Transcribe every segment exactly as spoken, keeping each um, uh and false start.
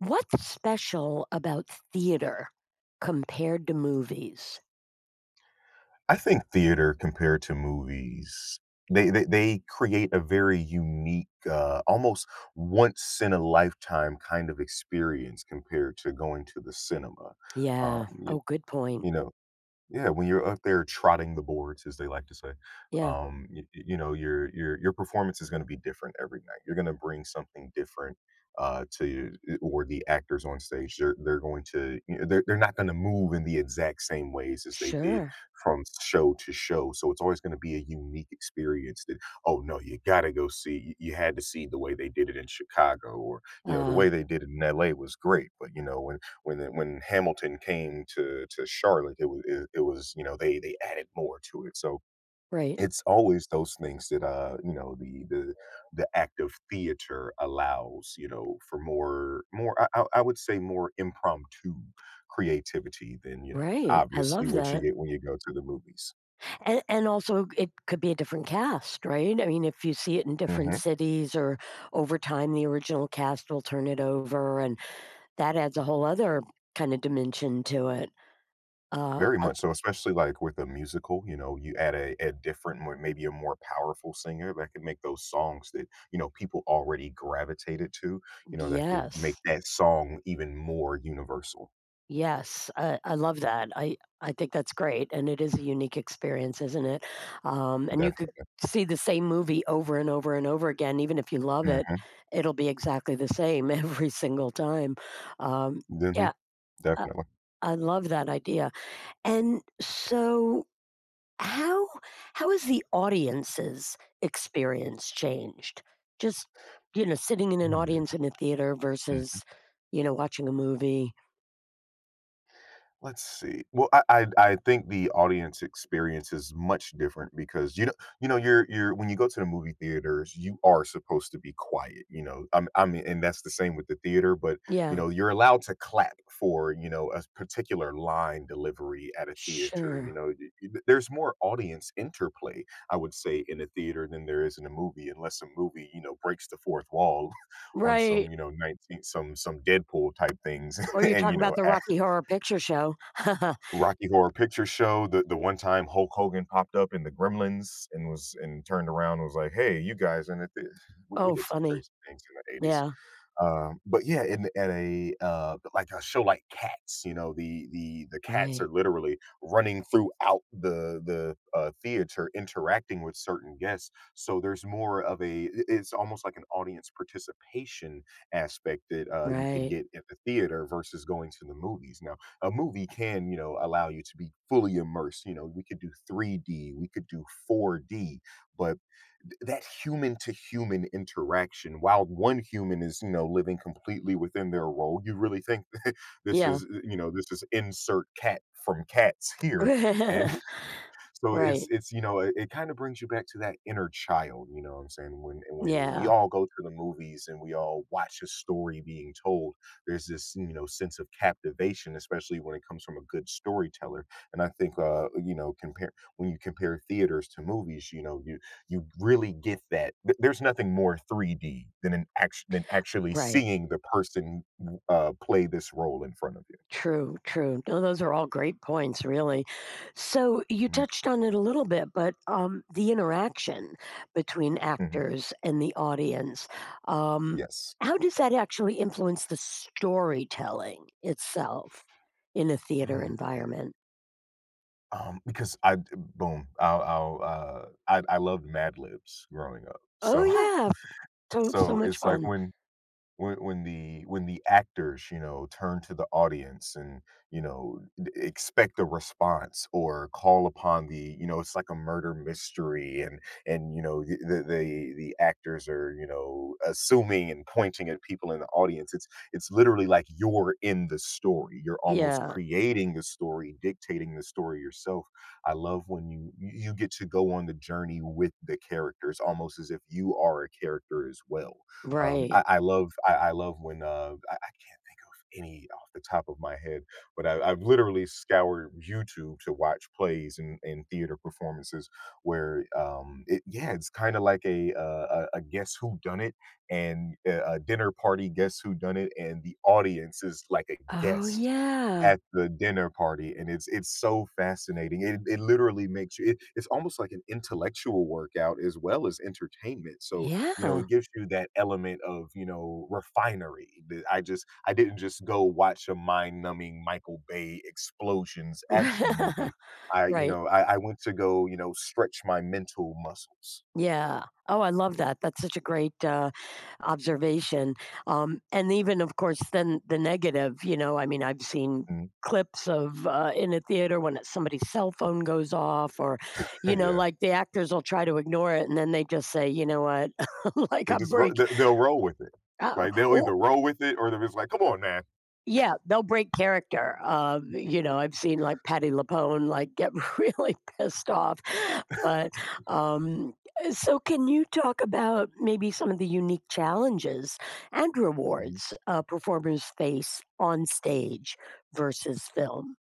What's special about theater compared to movies? I think theater compared to movies, they they they create a very unique, uh, almost once in a lifetime kind of experience compared to going to the cinema. Um, Yeah. you Oh, good point. you know yeah, when you're up there trotting the boards, as they like to say, Yeah, um, you, you know your your your performance is going to be different every night. You're going to bring something different uh, to uh, or the actors on stage. They're they're going to— you know, they're they're not going to move in the exact same ways as they did sure. from show to show. So it's always going to be a unique experience. That Oh no, you got to go see. You you had to see the way they did it in Chicago, or you know the Uh, way they did it in L A was great. But you know when when the, when Hamilton came to to Charlotte, it was it, it was— you know they they added more to it. So right, it's always those things that uh you know the the the act of theater allows you know for more more I, I I would say more impromptu creativity than, you know right. I obviously, love what you that. get when you go to the movies. And, and also, it could be a different cast, right? I mean, if you see it in different Hmm. cities or over time, the original cast will turn it over, and that adds a whole other kind of dimension to it. Uh, Very uh, much so, especially, like, with a musical, you know, you add a a different, more— maybe a more powerful singer that could make those songs that, you know, people already gravitated to, you know, that could make yes. that song even more universal. Yes, I I love that. I I think that's great, and it is a unique experience, isn't it? Um, and you could Definitely. see the same movie over and over and over again. Even if you love it, Mhm. it'll be exactly the same every single time. Um, Mhm. yeah, I, Definitely. I love that idea. And so, how how has the audience's experience changed? Just you know, sitting in an Mm. audience in a theater versus you know watching a movie. Let's see. Well, I, I I think the audience experience is much different, because— you know you know you're you're when you go to the movie theaters you are supposed to be quiet. You know, I'm I mean, and that's the same with the theater, but you Yeah, know you're allowed to clap for, you know a particular line delivery at a theater. You sure. know, y- y- there's more audience interplay, I would say, in a theater than there is in a movie, unless a movie, you know breaks the fourth wall on some, Right, you know nineteen— some some Deadpool type things or you're and, you talking know about the Rocky Horror Picture Show. Rocky Horror Picture Show, the the one time Hulk Hogan popped up in the Gremlins and was and turned around and was like, "Hey, you guys," and— it it we we Oh, did some funny. crazy things in the eighties. Yeah, Um, but yeah, in at a, uh, like a show like Cats, you know, the the the cats right, are literally running throughout the, the uh, theater, interacting with certain guests. So there's more of a I- it's almost like an audience participation aspect that, uh, you can right. get at the theater versus going to the movies. Now, a movie can, you know allow you to be fully immersed. You know, we could do three D, we could do four D, but th- that human to human interaction, while one human is, you know living completely within their role, you really think this Yeah. is, you know this is insert cat from Cats here. And so it's Right. it's you know it, it kind of brings you back to that inner child, you know what I'm saying? When and when we Yeah, all go to the movies and we all watch a story being told, there's this, you know sense of captivation, especially when it comes from a good storyteller. And I think, uh you know compare when you compare theaters to movies, you know you you really get that. Th- There's nothing more three D than an action than actually right. seeing the person uh play this role in front of you. True, true. No, those are all great points, really. So, you Mhm. touched on it a little bit, but, um, the interaction between Mhm. actors and the audience, um, Yes. how does that actually influence the storytelling itself in a theater Mm-hmm. environment? Um, because I, boom, I'll I'll, uh I I loved Mad Libs growing up, Oh, so yeah, so so so much it's like fun. when, when when the when the actors, you know turn to the audience and, you know d- expect a response or call upon the, you know it's like a murder mystery, and and you know the the the, the actors are, you know assuming and pointing at people in the audience. It's it's literally like you're in the story. You're almost Yeah, creating the story, dictating the story yourself. I love when you you you get to go on the journey with the characters, almost as if you are a character as well. um, right. I I love I I love when, uh, I I can't think of any off the top of my head, but I I've literally scoured YouTube to watch plays and and theater performances where, um, it yeah, it's kinda like a, uh, a a guess who done it, and, uh, a dinner party guess who done it, and the audience is like a Oh, guest yeah. at the dinner party, and it's it's so fascinating. It it literally makes you— it it's almost like an intellectual workout as well as entertainment. So, you know, Yeah. it gives you that element of, you know, refinery, that I just I didn't just go watch a mind-numbing Michael Bay explosions action movie. I, you Right. know, I I went to go, you know, stretch my mental muscles. Yeah. Oh, I love that. That's such a great, uh, observation. Um, and even, of course, then the negative, you know, I mean, I've seen Mm. clips of, uh, in a theater when it's somebody's cell phone goes off or, you know, Yeah. like, the actors will try to ignore it, and then they just say, "You know what? Like, They I'm just ro break" they they'll roll with it. uh, Like, they'll or either roll with it, or they're just like, "Come on, man." yeah, they'll break character. Um, you know, I've seen like Patty LaPone like get really pissed off. But um, so, can you talk about maybe some of the unique challenges and Mhm. rewards uh, performers face on stage versus film?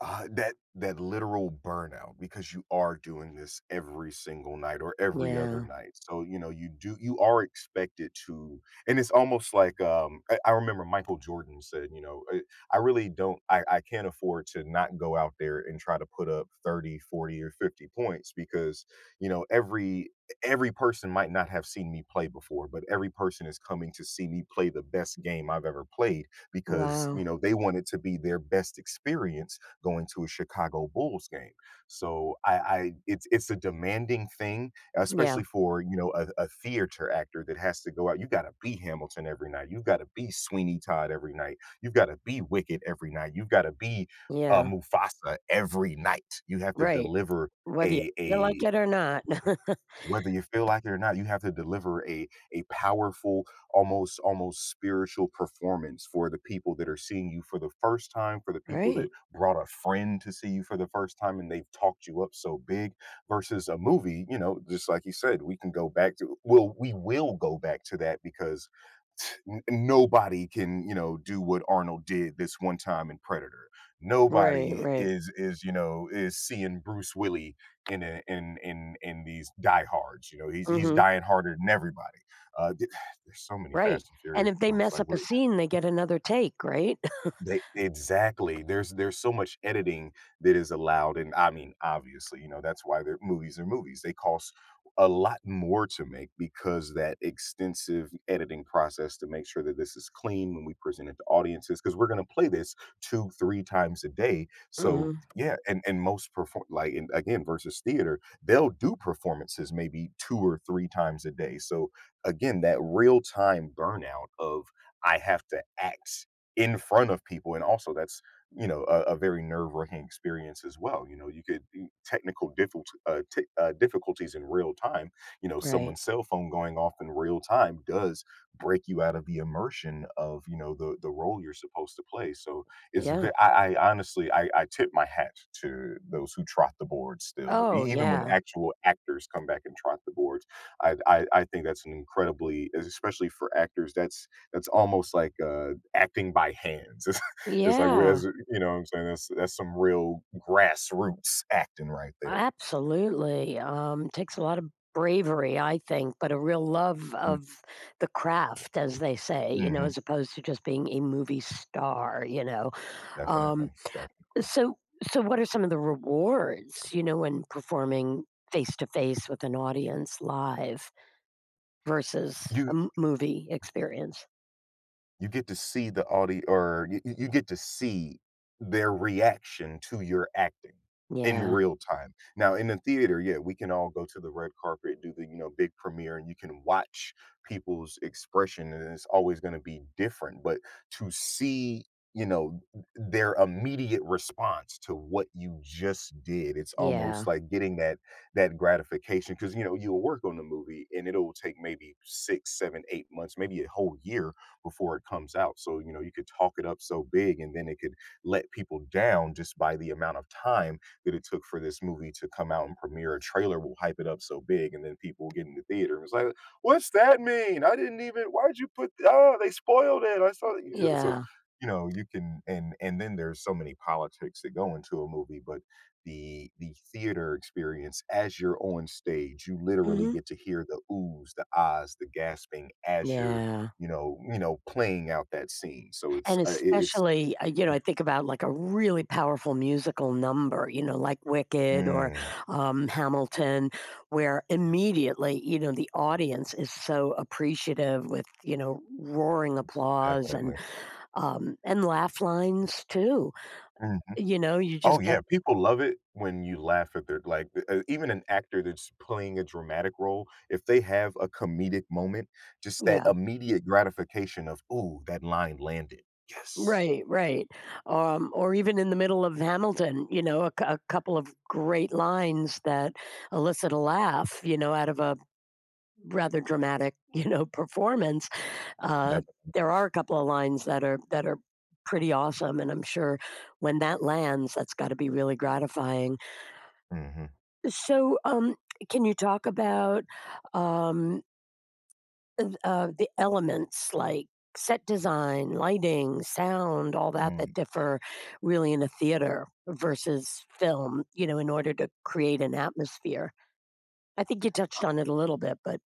uh, that that literal burnout, because you are doing this every single night or every other Yeah. night, so, you know you do you are expected to. And it's almost like, um i, I remember Michael Jordan said, you know i, "I really don't— I, I can't afford to not go out there and try to put up thirty forty or fifty points, because, you know every every person might not have seen me play before, but every person is coming to see me play the best game I've ever played, because, Wow. you know they want it to be their best experience going to a Chicago Bulls game." So I, I it's it's a demanding thing, especially Yeah. for, you know a, a theater actor that has to go out. You got to be Hamilton every night. You've got to be Sweeney Todd every night. You've got to be Wicked every night. You've got to be, uh, Yeah. Mufasa every night. You have to Right. deliver Whether you a feel like a it or not. whether you feel like it or not, you have to deliver a a powerful, almost almost spiritual performance for the people that are seeing you for the first time, for the people that Right. brought a friend to see you for the first time and they've talked you up so big. Versus a movie, you know just like you said, we can go back to— well, we will go back to that, because n- nobody can, you know do what Arnold did this one time in Predator. Right. Nobody Right. is is, you know is seeing Bruce Willie in a, in in in these Diehards. You know, he's he's Hmm. dying harder than everybody. Uh, th- there's so many Right. Fast and And Furious if they films. mess Like up a we're scene, they get another take. Right. They, exactly. There's there's so much editing that is allowed, and I mean, obviously, you know, that's why they're— movies are movies. They cost a lot more to make because that extensive editing process to make sure that this is clean when we present it to audiences, because we're gonna play this two, three times a day. So, Mhm. yeah, and and most perform— like, and again, versus theater, they'll do performances maybe two or three times a day. So, again, that real-time burnout of, "I have to act in front of people and also that's, you know a, a very nerve-wracking experience as well. You know you could— you- technical, difficult, uh, t- uh, difficulties in real time. you know Right. Someone's cell phone going off in real time does break you out of the immersion of, you know the the role you're supposed to play." So it's ve- Yeah. I, I honestly, I, I tip my hat to those who trot the board still. Oh, E- even when yeah. actual actors come back and trot the boards, I, I I think that's an incredibly— especially for actors, that's that's almost like, uh, acting by hands. It's it's like— Yeah. whereas, you know what I'm saying? That's that's some real grassroots acting right there. Absolutely. Um, takes a lot of bravery, I think, but a real love Mm. of the craft, as they say, you know, Mhm. as opposed to just being a movie star, you know. Um, Definitely, definitely. so, so what are some of the rewards, you know, when performing face to face with an audience live versus You a m- movie experience? You get to see the audio, or you you you get to see their reaction to your acting in Yeah. real time. Now, in the theater, yeah, we can all go to the red carpet, do the, you know, big premiere, and you can watch people's expression, and it's always going to be different. But to see, you know, their immediate response to what you just did, it's almost Yeah. like getting that that gratification, because, you know you'll work on the movie and it'll take maybe six, seven, eight months, maybe a whole year before it comes out. So, you know, you could talk it up so big and then it could let people down just by the amount of time that it took for this movie to come out and premiere. A trailer will hype it up so big and then people will get in the theater and it's like, what's that mean? I didn't even, why'd you put, oh, they spoiled it. I saw that. So, Yeah. you know, you can, and, and then there's so many politics that go into a movie, but the the theater experience as you're on stage you literally Hmm. get to hear the oohs, the ahs, the gasping as you're Yeah. you know you know, playing out that scene, so it's And uh, i it's especially, uh, you know, I think about like a really powerful musical number, you know, like Wicked or Mm, um, Hamilton, where immediately, you know, the audience is so appreciative with, you know, roaring applause and definitely. um, and laugh lines too. Mhm. You know, you Oh, just get yeah, people love it when you laugh at their like, th- uh, even an actor that's playing a dramatic role, if they have a comedic moment, just that yeah. immediate gratification of, "Ooh, that line landed." Yes. Right, right. Um, or even in the middle of Hamilton, you know, a, cou- a couple of great lines that elicit a laugh, you know, out of a rather dramatic, you know, performance. Uh, Definitely. there are a couple of lines that are that are pretty awesome, and I'm sure when that lands, that's got to be really gratifying. Mhm. So, um, can you talk about um, th- uh, the elements like set design, lighting, sound, all that Mm. that differ really in a theater versus film, you know, in order to create an atmosphere? I think you touched on it a little bit, but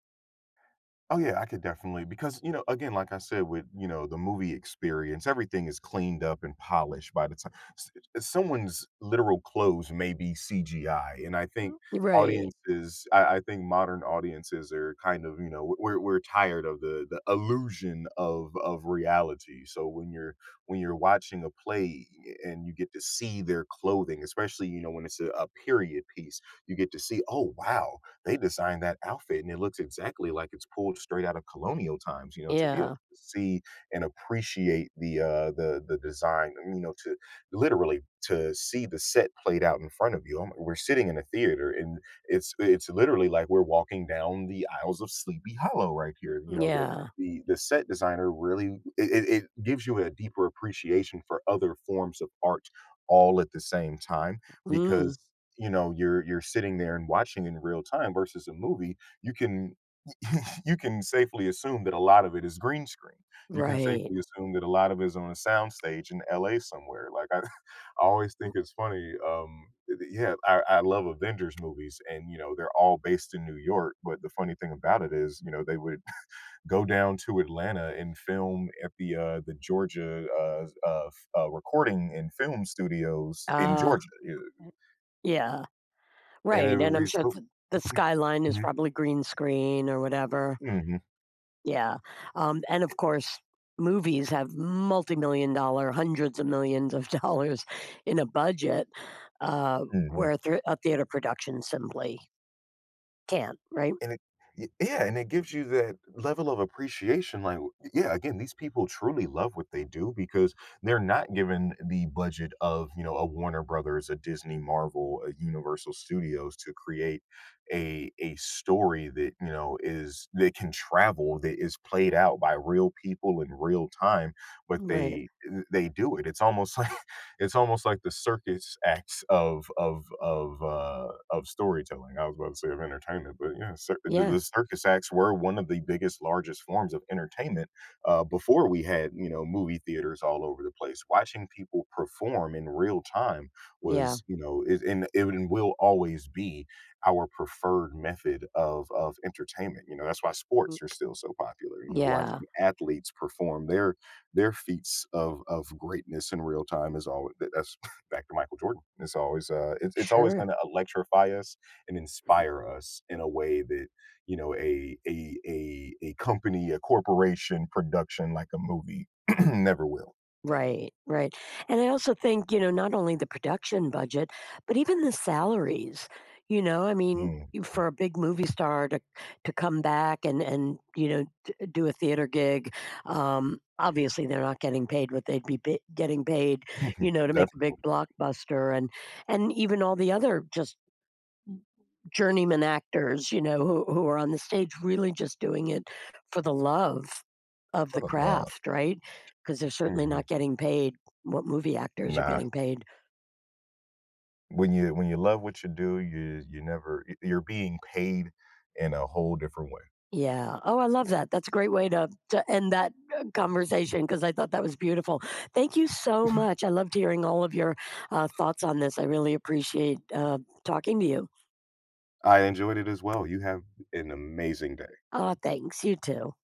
Oh yeah, I could definitely because you know, again, like I said, with you know the movie experience, everything is cleaned up and polished by the time s- s- someone's literal clothes may be C G I, and I think right. audiences, I, I think modern audiences are kind of you know we're we're tired of the the illusion of of reality. So when you're when you're watching a play and you get to see their clothing, especially you know when it's a, a period piece, you get to see, oh wow, they designed that outfit, and it looks exactly like it's pulled straight out of colonial times. You know, to be able Yeah, to see and appreciate the uh, the the design. Um, You know, to literally to see the set played out in front of you. I'm- We're sitting in a theater, and it's it's literally like we're walking down the aisles of Sleepy Hollow right here. You know, the yeah. the the set designer really it, it it gives you a deeper appreciation for other forms of art all at the same time because Mm, you know you're you're sitting there and watching in real time versus a movie you can you can safely assume that a lot of it is green screen, you can right. safely assume that a lot of it is on a soundstage in LA somewhere like i, I always think it's funny um eh, th- yeah I, I love Avengers movies and you know they're all based in New York but the funny thing about it is you know they would go down to Atlanta and film at the uh the Georgia uh, uh, f- uh recording and film studios in Uh, Georgia, you know, yeah, and it right, would and be I'm sure so th the skyline is probably green screen or whatever. Mhm. Yeah, um, and of course, movies have multi-million dollar, hundreds of millions of dollars in a budget, uh, Mhm. where thea a theater production simply can't, right? And it y yeah, and it gives you that level of appreciation, like, w yeah, again, these people truly love what they do because they're not given the budget of, you know, a Warner Brothers, a Disney, Marvel, a Universal Studios to create a a story that, you know, is that can travel, that is played out by real people in real time, but Right. they they do it. It's almost like it's almost like the circus acts of of of uh, of storytelling. I was about to say of entertainment, but yeah, cir- the, Yeah, the circus acts were one of the biggest, largest forms of entertainment uh, before we had you know movie theaters all over the place. Watching people perform in real time yeah. was you know is and it will always be our preferred method of of entertainment. You know that's why sports Mm, are still so popular. You know yeah, watching athletes perform their their feats of of greatness in real time is always that's back to Michael Jordan. It's always uh, it's it's always going sure. to electrify us and inspire us in a way that you know a a a a company, a corporation, production like a movie never will. Right, right. And I also think, you know, not only the production budget, but even the salaries, you know, I mean, Mhm. you- for a big movie star to to come back and and you know d- do a theater gig, um, obviously they're not getting paid what they'd be pa- getting paid, you know, to make a Definitely, big blockbuster, and and even all the other just journeyman actors, you know, who who are on the stage really just doing it for the love of for the the love. craft, right? Because 'Cause they're certainly Mhm. not getting paid what movie actors are Nah, getting paid. when you when you love what you do, you you never y- you're being paid in a whole different way. Yeah. Oh, I love that. That's a great way to to end that, uh, conversation because I thought that was beautiful. Thank you so much. I loved hearing all of your, uh, thoughts on this. I really appreciate, uh, talking to you. I enjoyed it as well. You have an amazing day. Aw, thanks. You too.